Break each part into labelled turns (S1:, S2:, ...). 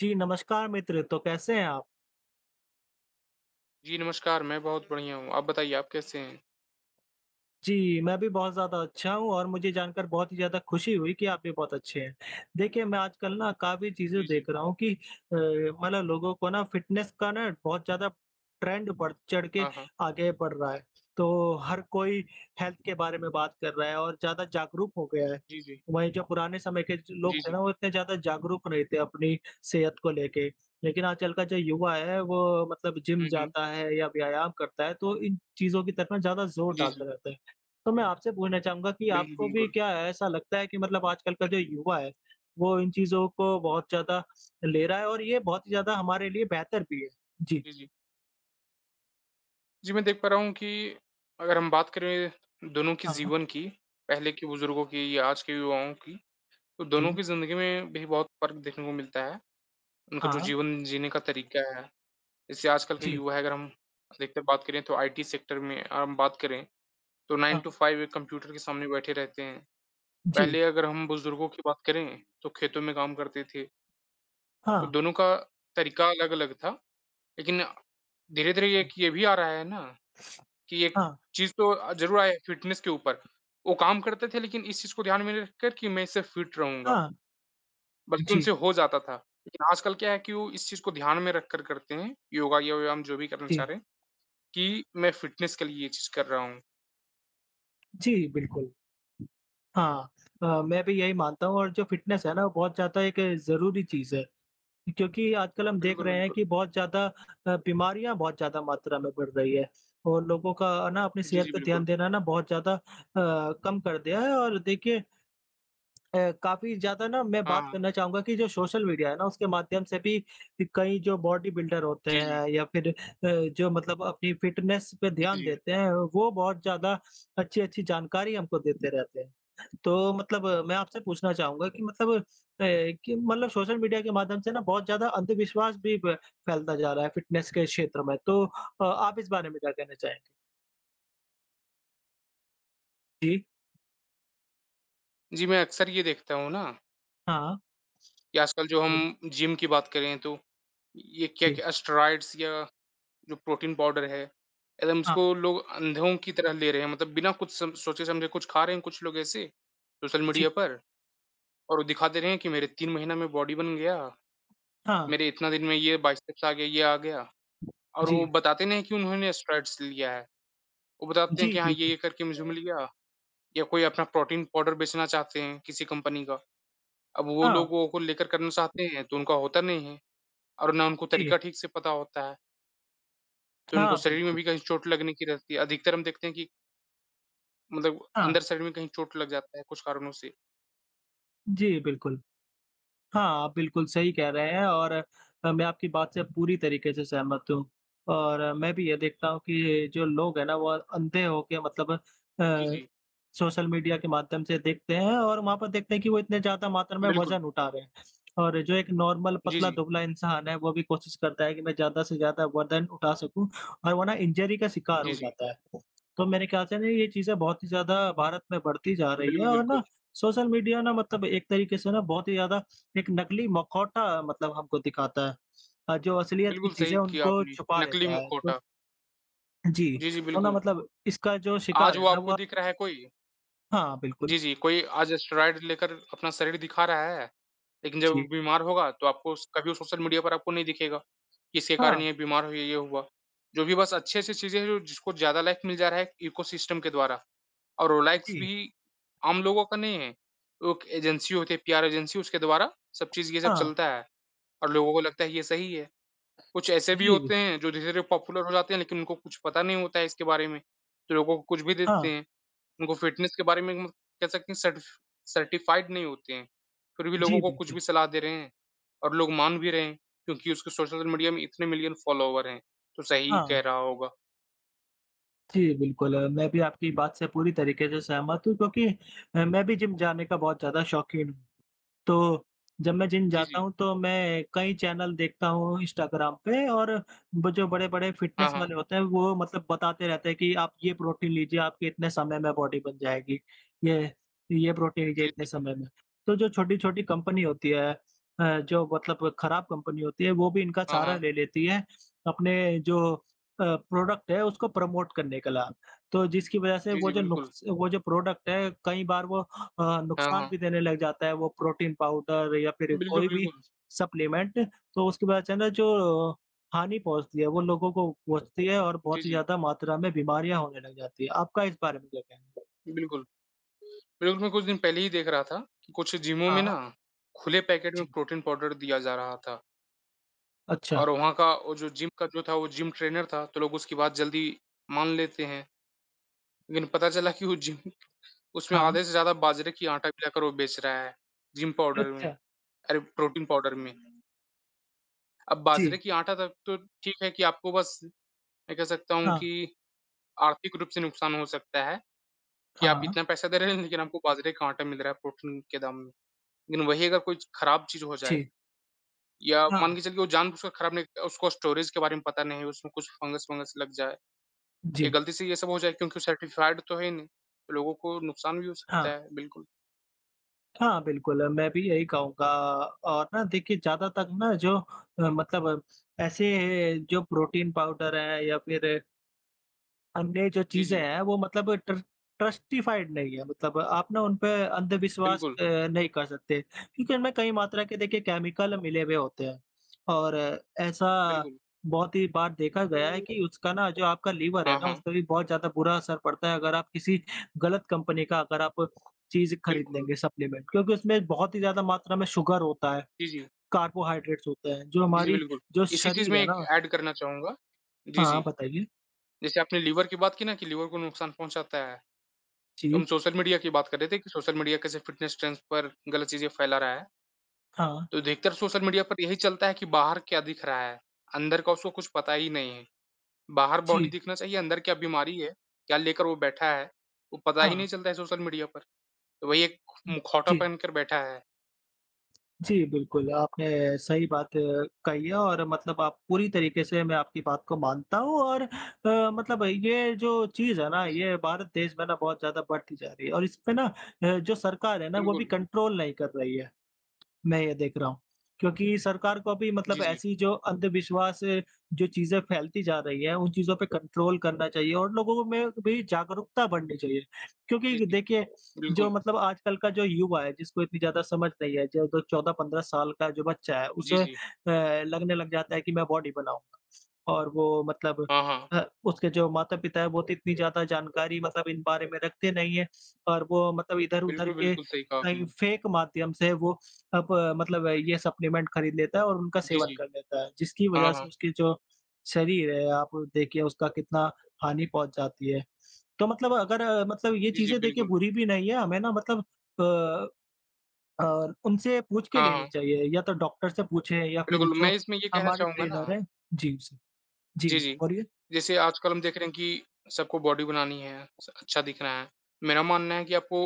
S1: जी, नमस्कार मित्र। तो कैसे हैं आप?
S2: जी, नमस्कार, मैं बहुत बढ़िया हूँ। आप बताइए आप कैसे हैं?
S1: जी, मैं भी बहुत ज़्यादा अच्छा हूँ और मुझे जानकर बहुत ही ज़्यादा खुशी हुई कि आप भी बहुत अच्छे हैं। देखिए, मैं आजकल ना काफ़ी चीज़ें
S2: जी, जी।
S1: देख रहा हूँ कि मतलब लोगों को ना फ़िटनेस का ना बहुत ज़्यादा ट्रेंड बढ़ चढ़ के
S2: हाँ, हाँ।
S1: आगे बढ़ रहा है। तो हर कोई हेल्थ के बारे में बात कर रहा है और ज़्यादा जागरूक हो गया है।
S2: जी, जी।
S1: वहीं जो पुराने समय के जो लोग
S2: जी,
S1: थे ना,
S2: जी।
S1: वो इतने ज़्यादा जागरूक नहीं थे अपनी सेहत को लेके। लेकिन आजकल का जो युवा है, वो मतलब जिम
S2: हुँ, हुँ।
S1: जाता है या व्यायाम करता है, तो इन चीज़ों की तरफ ना ज़्यादा ज़ोर
S2: जी,
S1: डालता
S2: जी।
S1: रहता है। तो मैं आपसे पूछना चाहूँगा कि
S2: बिल्कुल,
S1: आपको भी
S2: बिल्कुल।
S1: क्या ऐसा लगता है कि मतलब आजकल का जो युवा है, वो इन चीज़ों को बहुत ज़्यादा ले रहा है और ये बहुत ही ज़्यादा हमारे लिए बेहतर भी है? जी,
S2: जी, जी। जी, मैं देख पा रहा हूँ कि अगर हम बात करें दोनों के
S1: हाँ,
S2: जीवन की, पहले के बुज़ुर्गों की या आज के युवाओं की, तो दोनों
S1: जी,
S2: की ज़िंदगी में भी बहुत फ़र्क देखने को मिलता है। उनका जो
S1: हाँ,
S2: जीवन जीने का तरीका है, जैसे आजकल के
S1: जी,
S2: युवा है अगर हम अधिकतर बात करें तो आईटी सेक्टर में अगर हम बात करें, तो 9 टू
S1: हाँ,
S2: 5 एक कंप्यूटर के सामने बैठे रहते हैं।
S1: जी,
S2: पहले अगर हम बुज़ुर्गों की बात करें, तो खेतों में काम करते थे। तो
S1: हाँ,
S2: दोनों का तरीका अलग-अलग था, लेकिन धीरे-धीरे एक
S1: जी,
S2: ये भी आ रहा है ना कि एक
S1: हाँ,
S2: चीज़ तो ज़रूर आया है फिटनेस के ऊपर। वो काम करते थे लेकिन इस चीज़ को ध्यान में रखकर कि मैं इससे फिट रहूँगा,
S1: हाँ,
S2: बल्कि
S1: जी,
S2: उनसे हो जाता था। लेकिन आजकल क्या है कि वो इस चीज़ को ध्यान में रखकर करते हैं, योगा या व्यायाम जो भी करना चाह
S1: जी,
S2: रहे हैं, कि मैं फिटनेस के लिए ये चीज़ कर रहा हूँ।
S1: जी, बिल्कुल। हाँ मैं भी यही मानता हूँ और जो फ़िटनेस है ना, वो बहुत ज़्यादा एक ज़रूरी चीज़ है। क्योंकि आजकल हम देख
S2: बिल्कुल,
S1: रहे हैं
S2: बिल्कुल।
S1: कि बहुत ज़्यादा बीमारियाँ बहुत ज़्यादा मात्रा में बढ़ रही है और लोगों का ना अपनी
S2: जी,
S1: सेहत
S2: जी,
S1: पे
S2: बिल्कुल।
S1: ध्यान देना ना बहुत ज़्यादा कम कर दिया है और देखिए काफ़ी ज़्यादा ना मैं
S2: हाँ,
S1: बात
S2: हाँ।
S1: करना चाहूँगा कि जो सोशल मीडिया है ना उसके माध्यम से भी कई जो बॉडी बिल्डर होते
S2: जी, जी।
S1: हैं या फिर जो मतलब अपनी फिटनेस पे
S2: जी,
S1: ध्यान
S2: जी।
S1: देते हैं वो बहुत ज़्यादा अच्छी-अच्छी जानकारी हमको देते रहते हैं। तो मतलब मैं आपसे पूछना चाहूँगा कि कि मतलब सोशल मीडिया के माध्यम से ना बहुत ज़्यादा अंधविश्वास भी ब फैलता जा रहा है फ़िटनेस के क्षेत्र में, तो आप इस बारे में क्या कहना चाहेंगे? जी,
S2: जी, मैं अक्सर ये देखता हूँ ना
S1: हाँ,
S2: कि आजकल जो
S1: बोल
S2: हम जिम की बात करें तो ये
S1: जी,
S2: क्या-क्या स्टेरॉइड्स या जो प्रोटीन पाउडर है, एकदम
S1: हाँ,
S2: इसको लोग अंधों की तरह ले रहे हैं मतलब बिना कुछ सम सोचे समझे कुछ खा रहे हैं कुछ लोग ऐसे, सोशल
S1: जी,
S2: मीडिया पर और वो दिखा दे रहे हैं कि मेरे 3 महीना में बॉडी बन गया,
S1: हाँ,
S2: मेरे इतना दिन में ये बाइसेप्स आ गया, ये आ गया और वो
S1: जी,
S2: बताते नहीं हैं कि उन्होंने स्टेरॉइड्स लिया है। वो बताते हैं
S1: जी,
S2: कि हाँ,
S1: बिल्कुल,
S2: ये-ये करके मुझे मिल गया या कोई अपना प्रोटीन पाउडर बेचना चाहते हैं किसी कंपनी का। अब वो
S1: हाँ,
S2: लोग वो को लेकर करना चाहते हैं तो उनका होता नहीं है और ना उनको
S1: जी,
S2: तरीका ठीक से पता होता है, तो उनको
S1: हाँ,
S2: शरीर में
S1: बिल्कुल,
S2: भी कहीं चोट लगने की रहती है। अधिकतर हम देखते हैं कि मतलब
S1: हाँ,
S2: अंदर साइड में कहीं चोट लग जाता है कुछ कारणों से।
S1: जी, बिल्कुल, हाँ, आप बिल्कुल सही कह रहे हैं और मैं आपकी बात से पूरी तरीके से सहमत हूँ और मैं भी ये देखता हूँ कि जो लोग हैं ना, वो अंधे होके मतलब
S2: जी,
S1: अ
S2: जी।
S1: सोशल मीडिया के माध्यम से देखते हैं और वहाँ पर देखते हैं कि वो इतने ज़्यादा मात्रा में
S2: बिल्कुल।
S1: वज़न उठा रहे हैं। और जो एक नॉर्मल
S2: जी, जी।
S1: पतला-दुबला इंसान है, वो भी कोशिश करता है कि मैं ज़्यादा से ज़्यादा वज़न उठा सकूँ और वो ना इंजरी का शिकार
S2: जी,
S1: हो
S2: जी।
S1: जाता है। तो मेरे ख्याल से ना ये चीज़ें बहुत ही ज़्यादा भारत में बढ़ती जा रही है
S2: बिल्कुल,
S1: और ना
S2: बिल्कुल।
S1: सोशल मीडिया ना मतलब एक तरीके से ना बहुत ही ज़्यादा एक नकली मखौटा मतलब हमको दिखाता है। जो असलियत की
S2: बिल्कुल सही
S1: चीज़ें
S2: किया
S1: उनको
S2: आपने।
S1: छुपा
S2: नकली
S1: लेता है। तो
S2: मुखौटा।
S1: जी,
S2: जी, जी,
S1: तो ना
S2: बिल्कुल।
S1: मतलब इसका जो
S2: आज
S1: शिकार है
S2: वो
S1: ना
S2: आपको
S1: वो
S2: दिख रहा है कोई
S1: हाँ, बिल्कुल।
S2: जी, जी, कोई आज स्टेरॉइड लेकर अपना शरीर दिखा रहा है, लेकिन जब वो
S1: जी।
S2: बीमार होगा तो आपको स कभी सोशल मीडिया पर आपको नहीं दिखेगा, कि इसके
S1: हाँ,
S2: कारण ये बीमार हुई, ये हुआ। जो भी बस अच्छी-अच्छी चीज़ें हैं जो जिसको ज़्यादा लाइक मिल जा रहा है इकोसिस्टम के द्वारा। और रोलैक्स
S1: जी,
S2: भी आम लोगों का नहीं है। वो एक एजेंसी होती है पीआर एजेंसी उसके द्वारा सब चीज़ ये सब
S1: हाँ,
S2: चलता है और लोगों को लगता है ये सही है। कुछ ऐसे भी
S1: जी,
S2: होते हैं जो धीरे-धीरे पॉपुलर हो जाते हैं लेकिन उनको कुछ पता नहीं होता है इसके बारे में, तो लोगों को कुछ भी
S1: हाँ,
S2: देते हैं। उनको फिटनेस के बारे में म कह सकते हैं सर्टिफ़ाइड नहीं होते हैं, फिर भी
S1: जी,
S2: लोगों को कुछ
S1: बिल्कुल।
S2: भी सलाह दे रहे हैं और लोग मान भी रहे हैं क्योंकि उसके सोशल मीडिया में इतने मिलियन फॉलोवर हैं, तो सही
S1: हाँ,
S2: कह रहा होगा।
S1: जी, बिल्कुल मैं भी आपकी बात से पूरी तरीके से सहमत हूँ क्योंकि मैं भी जिम जाने का बहुत ज़्यादा शौकीन हूँ। तो जब मैं जिम
S2: जी,
S1: जाता
S2: जी।
S1: हूँ तो मैं कई चैनल देखता हूँ इंस्टाग्राम पे और वो जो बड़े-बड़े
S2: हाँ,
S1: फिटनेस
S2: हाँ।
S1: वाले होते हैं वो मतलब बताते रहते हैं कि आप ये प्रोटीन लीजिए आपके इतने समय में बॉडी बन जाएगी। ये ये प्रोटीन लीजिए
S2: जी,
S1: इतने
S2: जी।
S1: समय में। तो जो छोटी-छोटी कंपनी होती है जो मतलब खराब कंपनी होती है वो भी इनका
S2: हाँ,
S1: सहारा
S2: हाँ।
S1: ले लेती है अपने जो प्रोडक्ट है उसको प्रमोट करने के ला तो जिसकी वजह से
S2: जी,
S1: वो
S2: जी,
S1: जो
S2: बिल्कुल।
S1: नुक्स वो जो प्रोडक्ट है कई बार वो
S2: हाँ,
S1: नुकसान
S2: हाँ।
S1: भी देने लग जाता है, वो प्रोटीन पाउडर या फिर
S2: बिल्कुल,
S1: कोई भी
S2: बिल्कुल।
S1: सप्लीमेंट तो उसकी वजह से ना जो हानि पहुँचती है वो लोगों को पहुँचती है और
S2: जी,
S1: बहुत ही
S2: जी।
S1: ज़्यादा मात्रा में बीमारियाँ होने लग जाती है। आपका इस बारे में क्या कहना है?
S2: बिल्कुल, बिल्कुल मैं कुछ दिन पहले ही देख रहा था कि कुछ जिमों में
S1: हाँ,
S2: ना खुले पैकेट में
S1: जी।
S2: प्रोटीन पाउडर दिया जा रहा था
S1: अच्छा,
S2: और वहाँ का वो जो जिम का जो था वो जिम ट्रेनर था, तो लोग उसकी बात जल्दी मान लेते हैं। लेकिन पता चला कि वो जिम उसमें
S1: हाँ,
S2: आधे से ज़्यादा बाजरे की आटा मिलाकर वो बेच रहा है, जिम पाउडर में
S1: अच्छा,
S2: अरे! प्रोटीन पाउडर में। अब बाजरे
S1: जी,
S2: की आटा तक तो ठीक है कि आपको बस मैं कह सकता हूँ
S1: हाँ,
S2: कि आर्थिक रूप से नुकसान हो सकता है कि आप
S1: हाँ,
S2: इतना पैसा दे रहे हैं लेकिन आपको बाजरे का आटा मिल रहा है प्रोटीन के दाम में। लेकिन वही अगर कोई खराब चीज़ हो जाए
S1: जी,
S2: या
S1: हाँ,
S2: मान के चलिए वो जानबूझकर खराब नहीं उसको स्टोरेज के बारे में पता नहीं है, उसमें कुछ फंगस-वंगस लग जाए, या
S1: जी,
S2: गलती से ये सब हो जाए क्योंकि सर्टिफ़ाइड तो है ही नहीं, तो लोगों को नुकसान भी हो सकता
S1: हाँ।
S2: है, बिल्कुल।
S1: हाँ, बिल्कुल, मैं भी यही कहूँगा और ना देखिए ज़्यादातर ना जो मतलब ऐसे जो प्रोटीन पाउडर है या फिर अन्य जो
S2: जी,
S1: चीज़ें
S2: जी,
S1: हैं वो मतलब ट्रस्टिफाइड नहीं है मतलब आप ना उन पे अंधविश्वास
S2: बिल्कुल,
S1: अ, नहीं कर सकते क्योंकि उनमें कई मात्रा के देखिए केमिकल मिले हुए होते हैं और ऐसा
S2: बिल्कुल।
S1: बहुत ही बार देखा गया है कि उसका ना जो आपका लीवर है
S2: हाँ,
S1: ना उस
S2: हाँ,
S1: पे भी बहुत ज़्यादा बुरा असर पड़ता है अगर आप किसी गलत कंपनी का अगर आप चीज़ खरीद
S2: बिल्कुल।
S1: लेंगे सप्लीमेंट क्योंकि उसमें बहुत ही ज़्यादा मात्रा में शुगर होता है,
S2: जी, जी।
S1: कार्बोहाइड्रेट्स होते हैं जो
S2: जी, जी,
S1: हमारी
S2: बिल्कुल।
S1: जो
S2: इसी चीज़
S1: शरीर
S2: में
S1: है
S2: एक
S1: ना
S2: ऐड करना चाहूँगा जी,
S1: हाँ,
S2: जी।
S1: बताइए?
S2: जैसे आपने लीवर की बात की ना कि लीवर को नुकसान पहुँचाता है, तो हम
S1: जी,
S2: सोशल मीडिया की बात कर रहे थे कि सोशल मीडिया कैसे फ़िटनेस ट्रेंड्स पर गलत चीज़ें फैला रहा है।
S1: हाँ,
S2: तो अधिकतर सोशल मीडिया पर यही चलता है कि बाहर क्या दिख रहा है, अंदर का उसको कुछ पता ही नहीं है। बाहर बॉडी
S1: जी,
S2: दिखना चाहिए, अंदर क्या बीमारी है, क्या लेकर वो बैठा है, वो पता ही नहीं
S1: हाँ।
S2: चलता है सोशल मीडिया पर। तो वही एक मुखौटा
S1: जी,
S2: पहन कर बैठा है।
S1: जी, बिल्कुल, आपने सही बात कही है और मतलब आप पूरी तरीके से मैं आपकी बात को मानता हूँ और मतलब ये जो चीज़ है ना,
S2: जी, जी,
S1: ये भारत देश में ना बहुत ज़्यादा बढ़ती जा रही है और इसपे ना जो सरकार है ना, वो भी
S2: बिल्कुल।
S1: कंट्रोल नहीं कर रही है। मैं ये देख रहा हूँ। क्योंकि सरकार को अभी
S2: जी,
S1: मतलब
S2: जी।
S1: ऐसी जो अंधविश्वास जो चीज़ें फैलती जा रही हैं, उन चीज़ों पे कंट्रोल करना चाहिए और लोगों में भी जागरूकता बढ़नी चाहिए। क्योंकि
S2: जी, जी,
S1: देखिए, जो
S2: बिल्कुल।
S1: मतलब आजकल का जो युवा है, जिसको इतनी ज़्यादा समझ नहीं है, जो जो 14-15 साल का जो बच्चा है,
S2: जी,
S1: उसे
S2: जी।
S1: लगने लग जाता है कि मैं बॉडी बनाऊँगा और वो मतलब
S2: हाँ, हाँ।
S1: उसके जो माता-पिता है, वो तो इतनी ज़्यादा जानकारी मतलब इन बारे में रखते नहीं है और वो मतलब इधर-उधर
S2: बिल्कुल,
S1: के
S2: बिल्कुल सही कहा
S1: कहीं
S2: आपने।
S1: फ़ेक माध्यम से वो अब अ, मतलब अ, ये सप्लीमेंट खरीद लेता है और उनका
S2: जी,
S1: सेवन
S2: जी।
S1: कर लेता है, जिसकी
S2: हाँ,
S1: वजह से
S2: हाँ।
S1: उसके जो शरीर है, आप देखिए उसका कितना हानि पहुँच जाती है। तो मतलब अगर मतलब ये
S2: जी, जी,
S1: चीज़ें देखिए
S2: बिल्कुल।
S1: बुरी भी नहीं है, हमें ना मतलब अ उनसे पूछ के
S2: हाँ,
S1: लेनी
S2: हाँ।
S1: चाहिए या तो डॉक्टर से पूछें या फिर
S2: बिल्कुल,
S1: जो
S2: मैं इसमें ये कहना
S1: हमारे
S2: चाहूँगा
S1: ट्रेनर
S2: ना
S1: हैं जी, जी। जी,
S2: जी, जी।
S1: बोलिए?
S2: जैसे आजकल हम देख रहे हैं कि सबको बॉडी बनानी है, स अच्छा दिखना है। मेरा मानना है कि आपको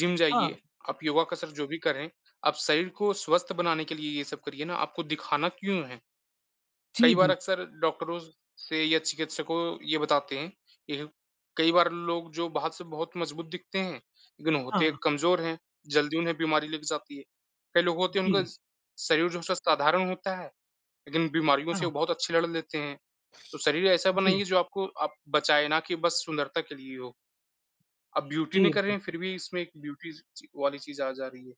S2: जिम
S1: हाँ,
S2: जाइए, आप योगा कसरत जो भी करें, आप शरीर को स्वस्थ बनाने के लिए ये सब करिए ना, आपको दिखाना क्यों है?
S1: जी,
S2: कई बार
S1: बिल्कुल।
S2: अक्सर डॉक्टरों से या चिकित्सकों ये बताते हैं, ये कई बार लोग जो बाहर से बहुत मजबूत दिखते हैं, लेकिन होते
S1: हाँ,
S2: कमज़ोर हैं, जल्दी उन्हें बीमारी लग जाती है। कई लोग होते हैं उनका
S1: जी,
S2: स शरीर जो है साधारण होता है, लेकिन बीमारियों से
S1: हाँ,
S2: वो बहुत अच्छे लड़ लेते हैं। तो शरीर ऐसा
S1: जी,
S2: बनाइए जो आपको आप बचाए ना कि बस सुंदरता के लिए हो। आप ब्यूटी नहीं
S1: जी,
S2: कर रहे हैं,
S1: बिल्कुल।
S2: फिर भी इसमें एक ब्यूटी च वाली चीज़ आ जा रही है।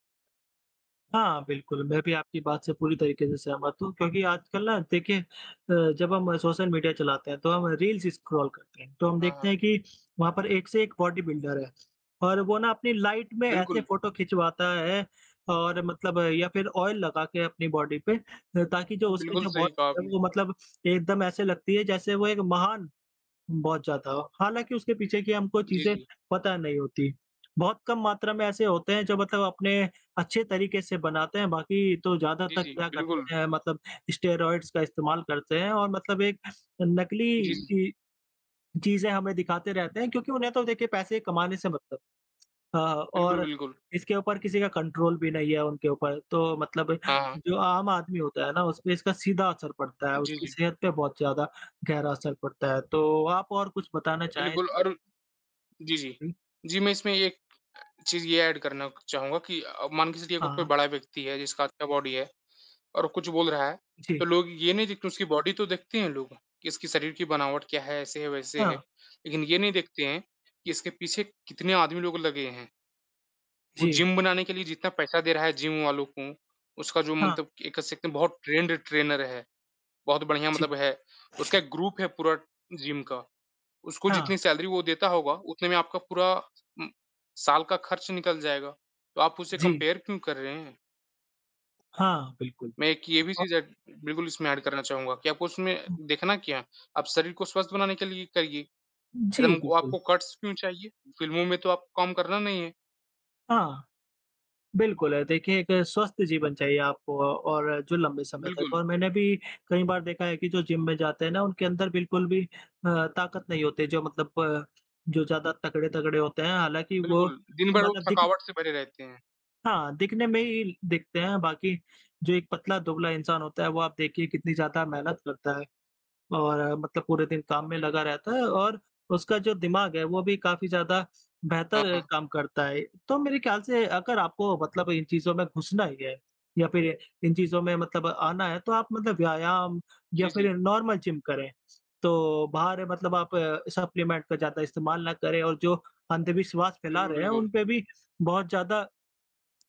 S1: हाँ, बिल्कुल, मैं भी आपकी बात से पूरी तरीके से सहमत हूँ क्योंकि आजकल ना देखिए जब हम सोशल मीडिया चलाते हैं तो हम रील्स स्क्रॉल करते हैं, तो हम
S2: हाँ,
S1: देखते
S2: हाँ।
S1: हैं कि वहाँ पर एक से एक बॉडी बिल्डर है और वो ना अपनी लाइट में ऐसे
S2: बिल्कुल,
S1: फ़ोटो खिंचवाता है और मतलब या फिर ऑयल लगा के अपनी बॉडी पे ताकि जो उसकी
S2: बिल्कुल
S1: जो
S2: सही कहा
S1: बॉडी है
S2: आपने।
S1: वो मतलब एकदम ऐसे लगती है जैसे वो एक महान बहुत ज़्यादा। हालाँकि उसके पीछे की हमको
S2: जी,
S1: चीज़ें
S2: जी।
S1: पता नहीं होती। बहुत कम मात्रा में ऐसे होते हैं जो मतलब अपने अच्छे तरीके से बनाते हैं, बाकी तो
S2: जी,
S1: ज़्यादातर
S2: जी,
S1: क्या
S2: बिल्कुल।
S1: करते हैं मतलब स्टेरॉइड्स का इस्तेमाल करते हैं और मतलब एक नकली
S2: जी, जी।
S1: इ चीज़ें हमें दिखाते रहते हैं क्योंकि उन्हें तो देखिए पैसे कमाने से मतलब हाँ,
S2: बिल्कुल,
S1: और
S2: बिल्कुल।
S1: इसके ऊपर किसी का कंट्रोल भी नहीं है उनके ऊपर, तो मतलब
S2: हाँ, हाँ।
S1: जो आम आदमी होता है ना, उसपे इसका सीधा असर पड़ता है,
S2: जी,
S1: उसकी
S2: जी।
S1: सेहत पे बहुत ज़्यादा गहरा असर पड़ता है। तो आप और कुछ बताना चाहें इस
S2: बिल्कुल
S1: बारे
S2: और
S1: में?
S2: जी, जी।
S1: जी,
S2: जी, मैं इसमें एक चीज़ ये ऐड करना चाहूँगा कि मान के चलिए अगर कोई
S1: हाँ,
S2: बड़ा व्यक्ति है जिसका अच्छा बॉडी है और कुछ बोल रहा है, तो
S1: जी,
S2: लोग ये नहीं देखते उसकी बॉडी तो देखते हैं लोग कि इसकी शरीर की बनावट क्या है, ऐसे है, वैसे
S1: हाँ,
S2: है। लेकिन ये नहीं देखते हैं कि इसके पीछे कितने आदमी लोग लगे हैं। वो
S1: जी,
S2: जिम बनाने के लिए जितना पैसा दे रहा है जिम वालों को, उसका जो
S1: हाँ,
S2: मतलब कि एक कह सकते हैं बहुत ट्रेंड ट्रेनर है, बहुत बढ़िया
S1: जी,
S2: मतलब है। उसका एक ग्रुप है पूरा जिम का, उसको
S1: हाँ,
S2: जितनी सैलरी वो देता होगा, उतने में आपका पूरा उम, साल का खर्च निकल जाएगा। तो आप उसे
S1: जी,
S2: कंपेयर क्यों कर रहे हैं?
S1: हाँ, बिल्कुल।
S2: मैं एक ये भी
S1: और
S2: चीज़ ऐड बिल्कुल इसमें ऐड करना चाहूँगा कि आपको उसमें देखना क्या, है, आप शरीर को स्वस्थ बनाने के लिए करिए,
S1: जी,
S2: एकदम वो
S1: बिल्कुल,
S2: आपको कट्स क्यों चाहिए? फ़िल्मों में तो आपको काम करना नहीं है।
S1: हाँ। बिल्कुल है, देखिए एक स्वस्थ जीवन चाहिए आपको और जो लंबे समय तक
S2: बिल्कुल,
S1: और मैंने भी कई बार देखा है कि जो जिम में जाते हैं ना, उनके अंदर बिल्कुल भी ताकत नहीं होती जो मतलब जो ज़्यादा तगड़े-तगड़े होते हैं, हालाँकि वो
S2: बिल्कुल, दिन भर वो
S1: मतलब दिख
S2: थकावट से भरे रहते हैं।
S1: हाँ, दिखने में ही दिखते हैं, बाकी जो एक पतला-दुबला इंसान होता है, वो आप देखिए कितनी ज़्यादा मेहनत करता है। और मतलब पूरे दिन काम में
S2: बिल्कुल।
S1: लगा रहता है और उसका जो दिमाग है वो भी काफ़ी ज़्यादा
S2: हाँ,
S1: बेहतर
S2: हाँ।
S1: काम करता है। तो मेरे ख़्याल से अगर आपको मतलब इन चीज़ों में घुसना ही है या फ़िर इन चीज़ों में मतलब आना है तो आप मतलब व्यायाम या
S2: जी,
S1: फ़िर
S2: जी।
S1: नॉर्मल जिम करें। तो बाहर मतलब आप सप्लीमेंट का ज़्यादा इस्तेमाल ना करें और जो अंधविश्वास फैला
S2: बिल्कुल,
S1: रहे हैं
S2: बिल्कुल।
S1: उन पे भी बहुत ज़्यादा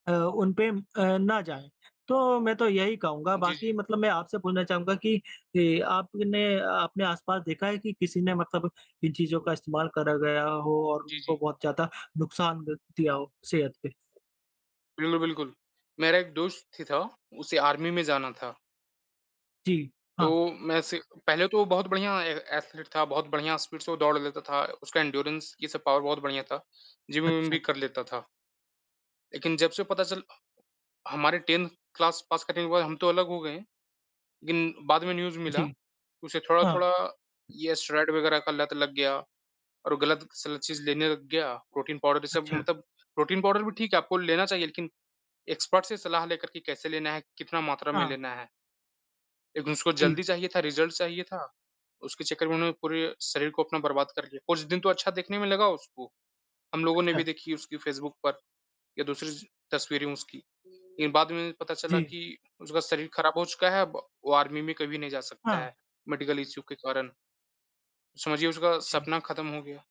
S1: ना जाएँ। तो मैं तो यही कहूँगा
S2: जी,
S1: बाकी
S2: जी।
S1: मतलब मैं आपसे पूछना चाहूँगा कि ए, आपने अपने आस-पास देखा है कि किसी ने मतलब इन चीज़ों का इस्तेमाल करा गया हो और
S2: जी,
S1: उनको
S2: जी।
S1: बहुत ज़्यादा नुकसान द दिया हो सेहत पे?
S2: बिल्कुल, बिल्कुल। मेरा एक दोस्त थी था, उसे आर्मी में जाना था।
S1: जी,
S2: तो
S1: हाँ,
S2: मैं से पहले तो वो बहुत बढ़िया ए एथलीट था, बहुत बढ़िया स्पीड से वो दौड़ लेता था, उसका एंड्योरेंस ये सब पावर बहुत बढ़िया था। जिम-विम
S1: अच्छा,
S2: भी कर लेता था। लेकिन जब से पता चल हमारे 10th क्लास पास करने के बाद हम तो अलग हो गए, लेकिन बाद में न्यूज़
S1: जी,
S2: मिला, कि उसे
S1: हाँ,
S2: थोड़ा-थोड़ा ये स्टेरॉइड वगैरह का लत लग गया और गलत-सलत चीज़ लेने लग गया, प्रोटीन पाउडर ये सब
S1: अच्छा,
S2: मतलब प्रोटीन पाउडर भी ठीक है, आपको लेना चाहिए लेकिन एक्सपर्ट से सलाह लेकर के कैसे लेना है, कितना मात्रा में
S1: हाँ,
S2: लेना है। लेकिन उसको
S1: जी,
S2: जल्दी चाहिए था, रिज़ल्ट चाहिए था, उसके चक्कर में उन्होंने पूरे शरीर को अपना बर्बाद कर लिया। कुछ दिन तो अच्छा देखने में लगा उसको, हम लोगों ने
S1: अच्छा,
S2: भी देखी उसकी फ़ेसबुक पर या दूसरी ज तस्वीरें उसकी। लेकिन बाद में पता
S1: जी,
S2: चला कि उसका शरीर खराब हो चुका है अब, वो आर्मी में कभी नहीं जा सकता
S1: हाँ,
S2: है, मेडिकल इश्यू के कारण। समझिए उसका
S1: जी।
S2: सपना खत्म हो गया।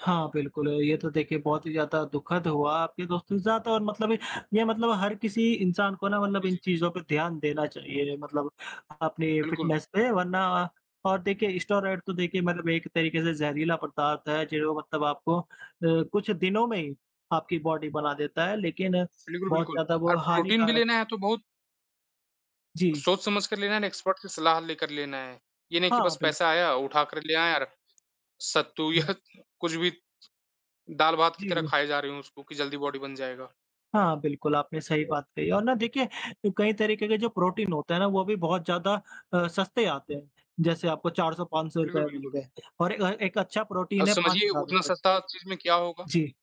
S1: हाँ, बिल्कुल, ये तो देखिए बहुत ही ज़्यादा दुखद हुआ आपके दोस्तों के साथ और मतलब ये मतलब हर किसी इंसान को ना मतलब
S2: जी,
S1: इन
S2: जी।
S1: चीज़ों पे ध्यान देना चाहिए मतलब अपनी
S2: बिल्कुल,
S1: फ़िटनेस पे वरना और देखिए स्टेरॉइड तो देखिए मतलब एक तरीके से ज़हरीला पदार्थ है जो मतलब आपको कुछ दिनों में ही आपकी बॉडी बना देता है लेकिन
S2: बिल्कुल,
S1: बहुत
S2: बिल्कुल
S1: ज़्यादा वो
S2: और प्रोटीन भी
S1: हानिकारक
S2: लेना है तो बहुत
S1: जी,
S2: सोच समझ कर लेना है ना एक्सपर्ट की सलाह लेकर लेना है। ये नहीं कि
S1: हाँ,
S2: बस
S1: बिल्कुल।
S2: पैसा आया उठा कर ले आया और सत्तू या कुछ भी दाल-भात की तरह
S1: जी।
S2: खाए जा रहे हो उसको कि जल्दी बॉडी बन जाएगा।
S1: हाँ, बिल्कुल, आपने सही बात कही और ना देखिए कई तरीके के जो प्रोटीन होते हैं ना वो भी बहुत ज़्यादा सस्ते आते हैं। जैसे आपको ₹400-500
S2: बिल्कुल,
S1: मिल
S2: बिल्कुल।
S1: गए और एक अच्छा
S2: अब
S1: प्रोटीन है
S2: समझिए उतना
S1: ₹5000
S2: सस्ता चीज़ में क्या होगा?
S1: जी,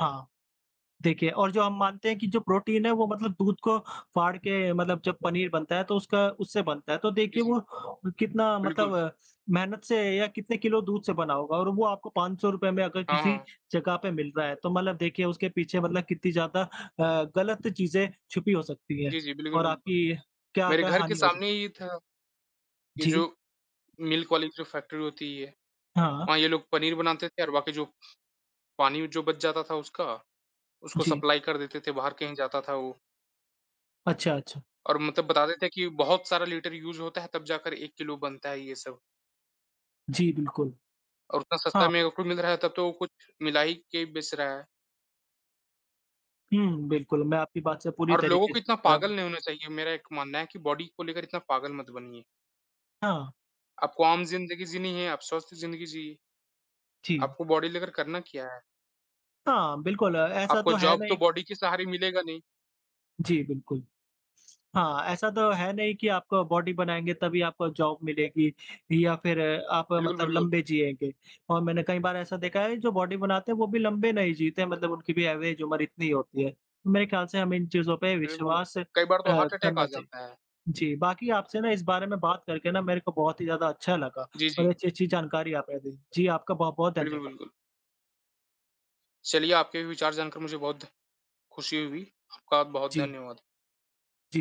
S1: हाँ। देखिए और जो हम मानते हैं कि जो प्रोटीन है वो मतलब दूध को फाड़ के मतलब जब पनीर बनता है तो उसका उससे बनता है। तो
S2: जी,
S1: देखिए वो
S2: जी।
S1: कितना
S2: बिल्कुल।
S1: मतलब मेहनत से या कितने किलो दूध से बना होगा और वो आपको ₹500 में अगर
S2: हाँ,
S1: किसी
S2: हाँ।
S1: जगह पे मिल रहा है तो मतलब देखिए उसके पीछे मतलब कितनी ज़्यादा गलत चीज़ें छुपी हो सकती हैं
S2: जी, जी। बिल्कुल,
S1: और
S2: बिल्कुल।
S1: आपकी
S2: मेरे
S1: क्या-क्या
S2: घर के
S1: हानि हो सकती
S2: सामने
S1: है।
S2: ही था, ये जो
S1: जी,
S2: मिल्क वाली जो फैक्ट्री होती है,
S1: हाँ,
S2: वहाँ ये लोग पनीर बनाते थे और बाकी जो पानी जो बच जाता था उसका, उसको
S1: जी।
S2: सप्लाई कर देते थे, बाहर कहीं जाता था वो।
S1: अच्छा, अच्छा।
S2: और मतलब बताते थे कि बहुत सारा लीटर यूज़ होता है तब जाकर 1 किलो बनता है ये सब
S1: जी, बिल्कुल।
S2: और उतना
S1: हाँ,
S2: सस्ता में अगर कोई मिल रहा है तब तो वो कुछ मिला ही के बेच रहा है।
S1: हुँ, बिल्कुल मैं आपकी बात से पूरी
S2: और लोगों
S1: तरीके
S2: को
S1: से
S2: इतना पागल
S1: सहमत
S2: नहीं होना चाहिए मेरा एक मानना है कि बॉडी को लेकर इतना पागल मत बनिए।
S1: हाँ,
S2: आपको आम ज़िंदगी जीनी है, आप स्वस्थ ज़िंदगी जिए,
S1: जी।
S2: आपको बॉडी लेकर करना क्या है?
S1: हाँ, बिल्कुल ऐसा
S2: आपको
S1: तो है
S2: जॉब तो
S1: नहीं
S2: बॉडी के सहारे मिलेगा नहीं।
S1: जी, बिल्कुल। हाँ, ऐसा तो है नहीं कि आप बॉडी बनाएँगे तभी आपको जॉब मिलेगी या फिर आप
S2: बिल्कुल,
S1: मतलब
S2: बिल्कुल,
S1: लंबे जिएँगे। और मैंने कई बार ऐसा देखा है जो बॉडी बनाते हैं वो भी लंबे नहीं जीते हैं मतलब उनकी भी एवरेज उम्र इतनी होती है। मेरे ख्याल से हमें इन चीज़ों पे
S2: बिल्कुल।
S1: विश्वास
S2: कई बार तो हार्ट अटैक आ
S1: करना चाहिए।
S2: जाता है।
S1: जी, बाकी आपसे ना इस बारे में बात करके ना मेरे को बहुत ही ज़्यादा अच्छा लगा
S2: जी,
S1: और
S2: जी।
S1: अच्छी-अच्छी जानकारी आपने दी। जी, आपका बहुत-बहुत
S2: बिल्कुल,
S1: धन्यवाद।
S2: बिल्कुल। चलिए आपके भी विचार जानकर मुझे बहुत खुशी हुई। आपका बहुत
S1: जी, जी।
S2: धन्यवाद।